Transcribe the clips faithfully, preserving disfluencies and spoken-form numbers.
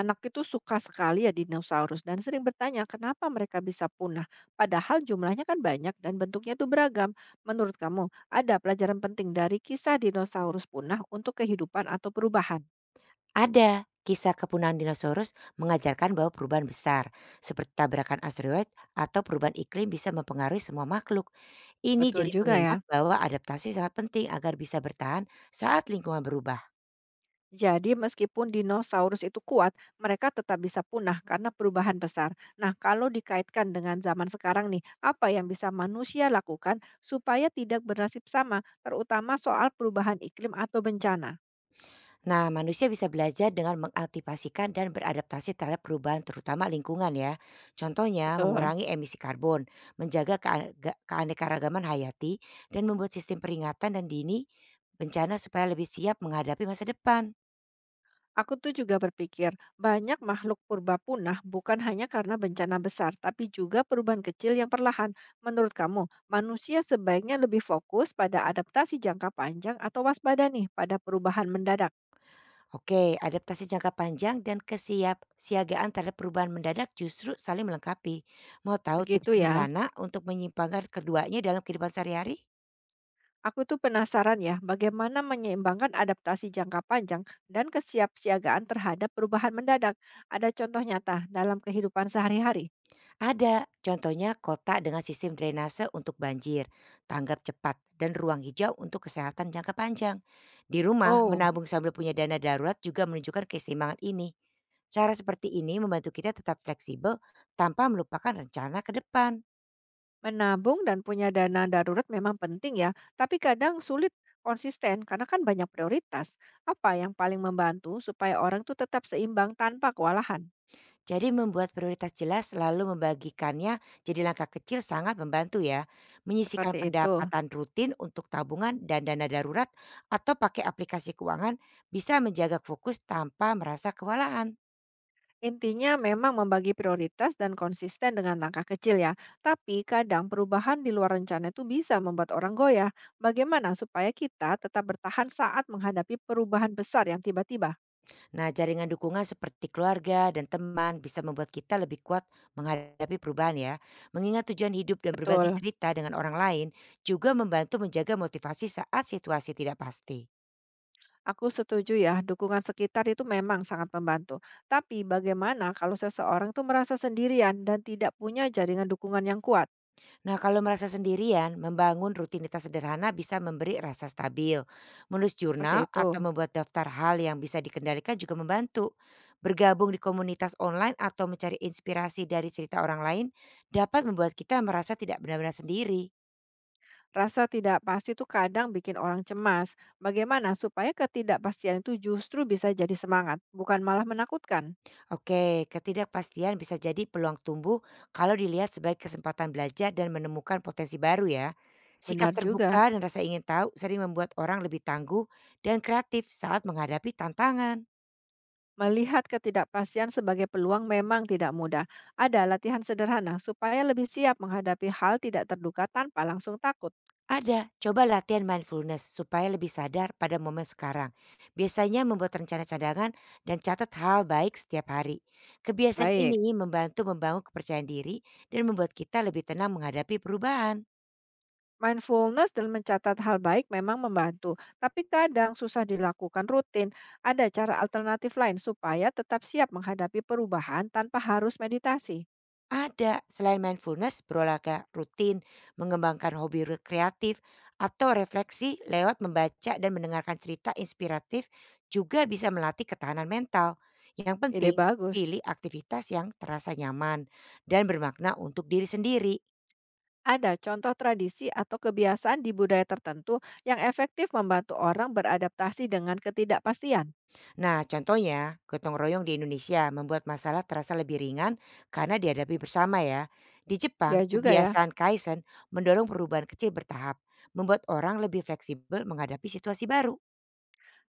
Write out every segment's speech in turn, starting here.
Anak itu suka sekali ya dinosaurus dan sering bertanya kenapa mereka bisa punah. Padahal jumlahnya kan banyak dan bentuknya itu beragam. Menurut kamu, ada pelajaran penting dari kisah dinosaurus punah untuk kehidupan atau perubahan? Ada, kisah kepunaan dinosaurus mengajarkan bahwa perubahan besar, seperti tabrakan asteroid atau perubahan iklim bisa mempengaruhi semua makhluk. Ini Betul jadi juga ya. pengingat bahwa adaptasi sangat penting agar bisa bertahan saat lingkungan berubah. Jadi meskipun dinosaurus itu kuat, mereka tetap bisa punah karena perubahan besar. Nah, kalau dikaitkan dengan zaman sekarang nih, apa yang bisa manusia lakukan supaya tidak bernasib sama, terutama soal perubahan iklim atau bencana? Nah, manusia bisa belajar dengan mengaktifasikan dan beradaptasi terhadap perubahan terutama lingkungan ya. Contohnya, Betul. mengurangi emisi karbon, menjaga keane- ga- keanekaragaman hayati, dan membuat sistem peringatan dan dini bencana supaya lebih siap menghadapi masa depan. Aku tuh juga berpikir, banyak makhluk purba punah bukan hanya karena bencana besar, tapi juga perubahan kecil yang perlahan. Menurut kamu, manusia sebaiknya lebih fokus pada adaptasi jangka panjang atau waspada nih pada perubahan mendadak? Oke, adaptasi jangka panjang dan kesiapsiagaan terhadap perubahan mendadak justru saling melengkapi. Mau tahu Begitu tips ya. sederhana untuk menyimpangkan keduanya dalam kehidupan sehari-hari? Aku tuh penasaran ya, bagaimana menyeimbangkan adaptasi jangka panjang dan kesiapsiagaan terhadap perubahan mendadak. Ada contoh nyata dalam kehidupan sehari-hari? Ada, contohnya kota dengan sistem drainase untuk banjir, tanggap cepat, dan ruang hijau untuk kesehatan jangka panjang. Di rumah, Oh. menabung sambil punya dana darurat juga menunjukkan keseimbangan ini. Cara seperti ini membantu kita tetap fleksibel tanpa melupakan rencana ke depan. Menabung dan punya dana darurat memang penting ya, tapi kadang sulit konsisten karena kan banyak prioritas. Apa yang paling membantu supaya orang tuh tetap seimbang tanpa kewalahan? Jadi membuat prioritas jelas lalu membagikannya jadi langkah kecil sangat membantu ya. Menyisihkan Seperti itu. pendapatan rutin untuk tabungan dan dana darurat atau pakai aplikasi keuangan bisa menjaga fokus tanpa merasa kewalahan. Intinya memang membagi prioritas dan konsisten dengan langkah kecil ya. Tapi kadang perubahan di luar rencana itu bisa membuat orang goyah. Bagaimana supaya kita tetap bertahan saat menghadapi perubahan besar yang tiba-tiba? Nah, jaringan dukungan seperti keluarga dan teman bisa membuat kita lebih kuat menghadapi perubahan ya. Mengingat tujuan hidup dan berbagi Betul. cerita dengan orang lain juga membantu menjaga motivasi saat situasi tidak pasti. Aku setuju ya, dukungan sekitar itu memang sangat membantu. Tapi bagaimana kalau seseorang itu merasa sendirian dan tidak punya jaringan dukungan yang kuat? Nah, kalau merasa sendirian, membangun rutinitas sederhana bisa memberi rasa stabil. Menulis Seperti jurnal atau itu. membuat daftar hal yang bisa dikendalikan juga membantu. Bergabung di komunitas online atau mencari inspirasi dari cerita orang lain dapat membuat kita merasa tidak benar-benar sendiri. Rasa tidak pasti itu kadang bikin orang cemas. Bagaimana supaya ketidakpastian itu justru bisa jadi semangat, bukan malah menakutkan? Oke, ketidakpastian bisa jadi peluang tumbuh kalau dilihat sebagai kesempatan belajar dan menemukan potensi baru ya. Sikap Benar juga. terbuka dan rasa ingin tahu sering membuat orang lebih tangguh dan kreatif saat menghadapi tantangan. Melihat ketidakpastian sebagai peluang memang tidak mudah. Ada latihan sederhana supaya lebih siap menghadapi hal tidak terduga tanpa langsung takut. Ada, coba latihan mindfulness supaya lebih sadar pada momen sekarang. Biasanya membuat rencana cadangan dan catat hal baik setiap hari. Kebiasaan Baik. ini membantu membangun kepercayaan diri dan membuat kita lebih tenang menghadapi perubahan. Mindfulness dan mencatat hal baik memang membantu, tapi kadang susah dilakukan rutin. Ada cara alternatif lain supaya tetap siap menghadapi perubahan tanpa harus meditasi. Ada, selain mindfulness, berolahraga rutin, mengembangkan hobi re- kreatif, atau refleksi lewat membaca dan mendengarkan cerita inspiratif juga bisa melatih ketahanan mental. Yang Ide penting, bagus. pilih aktivitas yang terasa nyaman dan bermakna untuk diri sendiri. Ada contoh tradisi atau kebiasaan di budaya tertentu yang efektif membantu orang beradaptasi dengan ketidakpastian. Nah, contohnya, gotong royong di Indonesia membuat masalah terasa lebih ringan karena dihadapi bersama ya. Di Ya Jepang, juga ya. kebiasaan Kaizen mendorong perubahan kecil bertahap, membuat orang lebih fleksibel menghadapi situasi baru.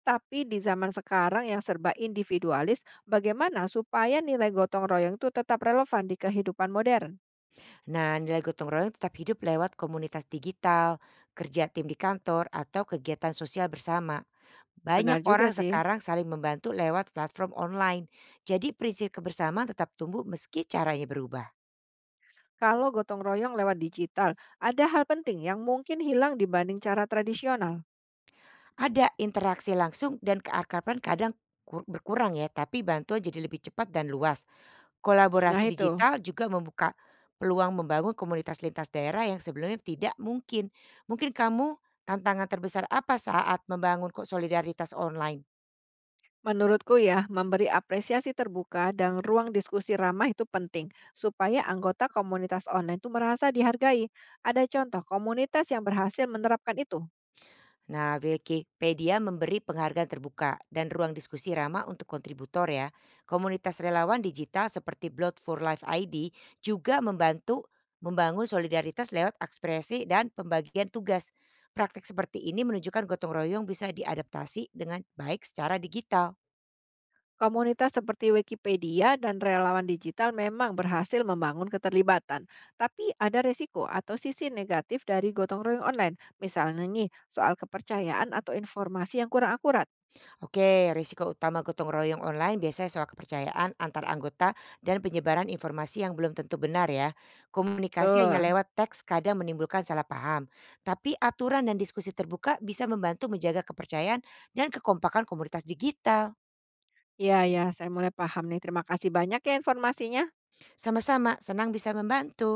Tapi di zaman sekarang yang serba individualis, bagaimana supaya nilai gotong royong itu tetap relevan di kehidupan modern? Nah, nilai gotong royong tetap hidup lewat komunitas digital, kerja tim di kantor, atau kegiatan sosial bersama. Benar Banyak juga orang sih. sekarang saling membantu lewat platform online. Jadi prinsip kebersamaan tetap tumbuh meski caranya berubah. Kalau gotong royong lewat digital, ada hal penting yang mungkin hilang dibanding cara tradisional. Ada interaksi langsung dan keakraban kadang kur- berkurang ya, tapi bantuan jadi lebih cepat dan luas. Nah Kolaborasi itu, digital juga membuka peluang membangun komunitas lintas daerah yang sebelumnya tidak mungkin. Mungkin kamu tantangan terbesar apa saat membangun ko- solidaritas online? menurutku ya, memberi apresiasi terbuka dan ruang diskusi ramah itu penting, supaya anggota komunitas online itu merasa dihargai. Ada contoh komunitas yang berhasil menerapkan itu. Nah, Wikipedia memberi penghargaan terbuka dan ruang diskusi ramah untuk kontributor ya. Komunitas relawan digital seperti Blood for Life I D juga membantu membangun solidaritas lewat ekspresi dan pembagian tugas. Praktik seperti ini menunjukkan gotong royong bisa diadaptasi dengan baik secara digital. Komunitas seperti Wikipedia dan relawan digital memang berhasil membangun keterlibatan. Tapi ada resiko atau sisi negatif dari gotong royong online. Misalnya nih, soal kepercayaan atau informasi yang kurang akurat. Oke, risiko utama gotong royong online biasanya soal kepercayaan antar anggota dan penyebaran informasi yang belum tentu benar ya. Komunikasi hanya Betul. lewat teks kadang menimbulkan salah paham. Tapi aturan dan diskusi terbuka bisa membantu menjaga kepercayaan dan kekompakan komunitas digital. Iya iya, saya mulai paham nih. Terima kasih banyak ya informasinya. Sama-sama, senang bisa membantu.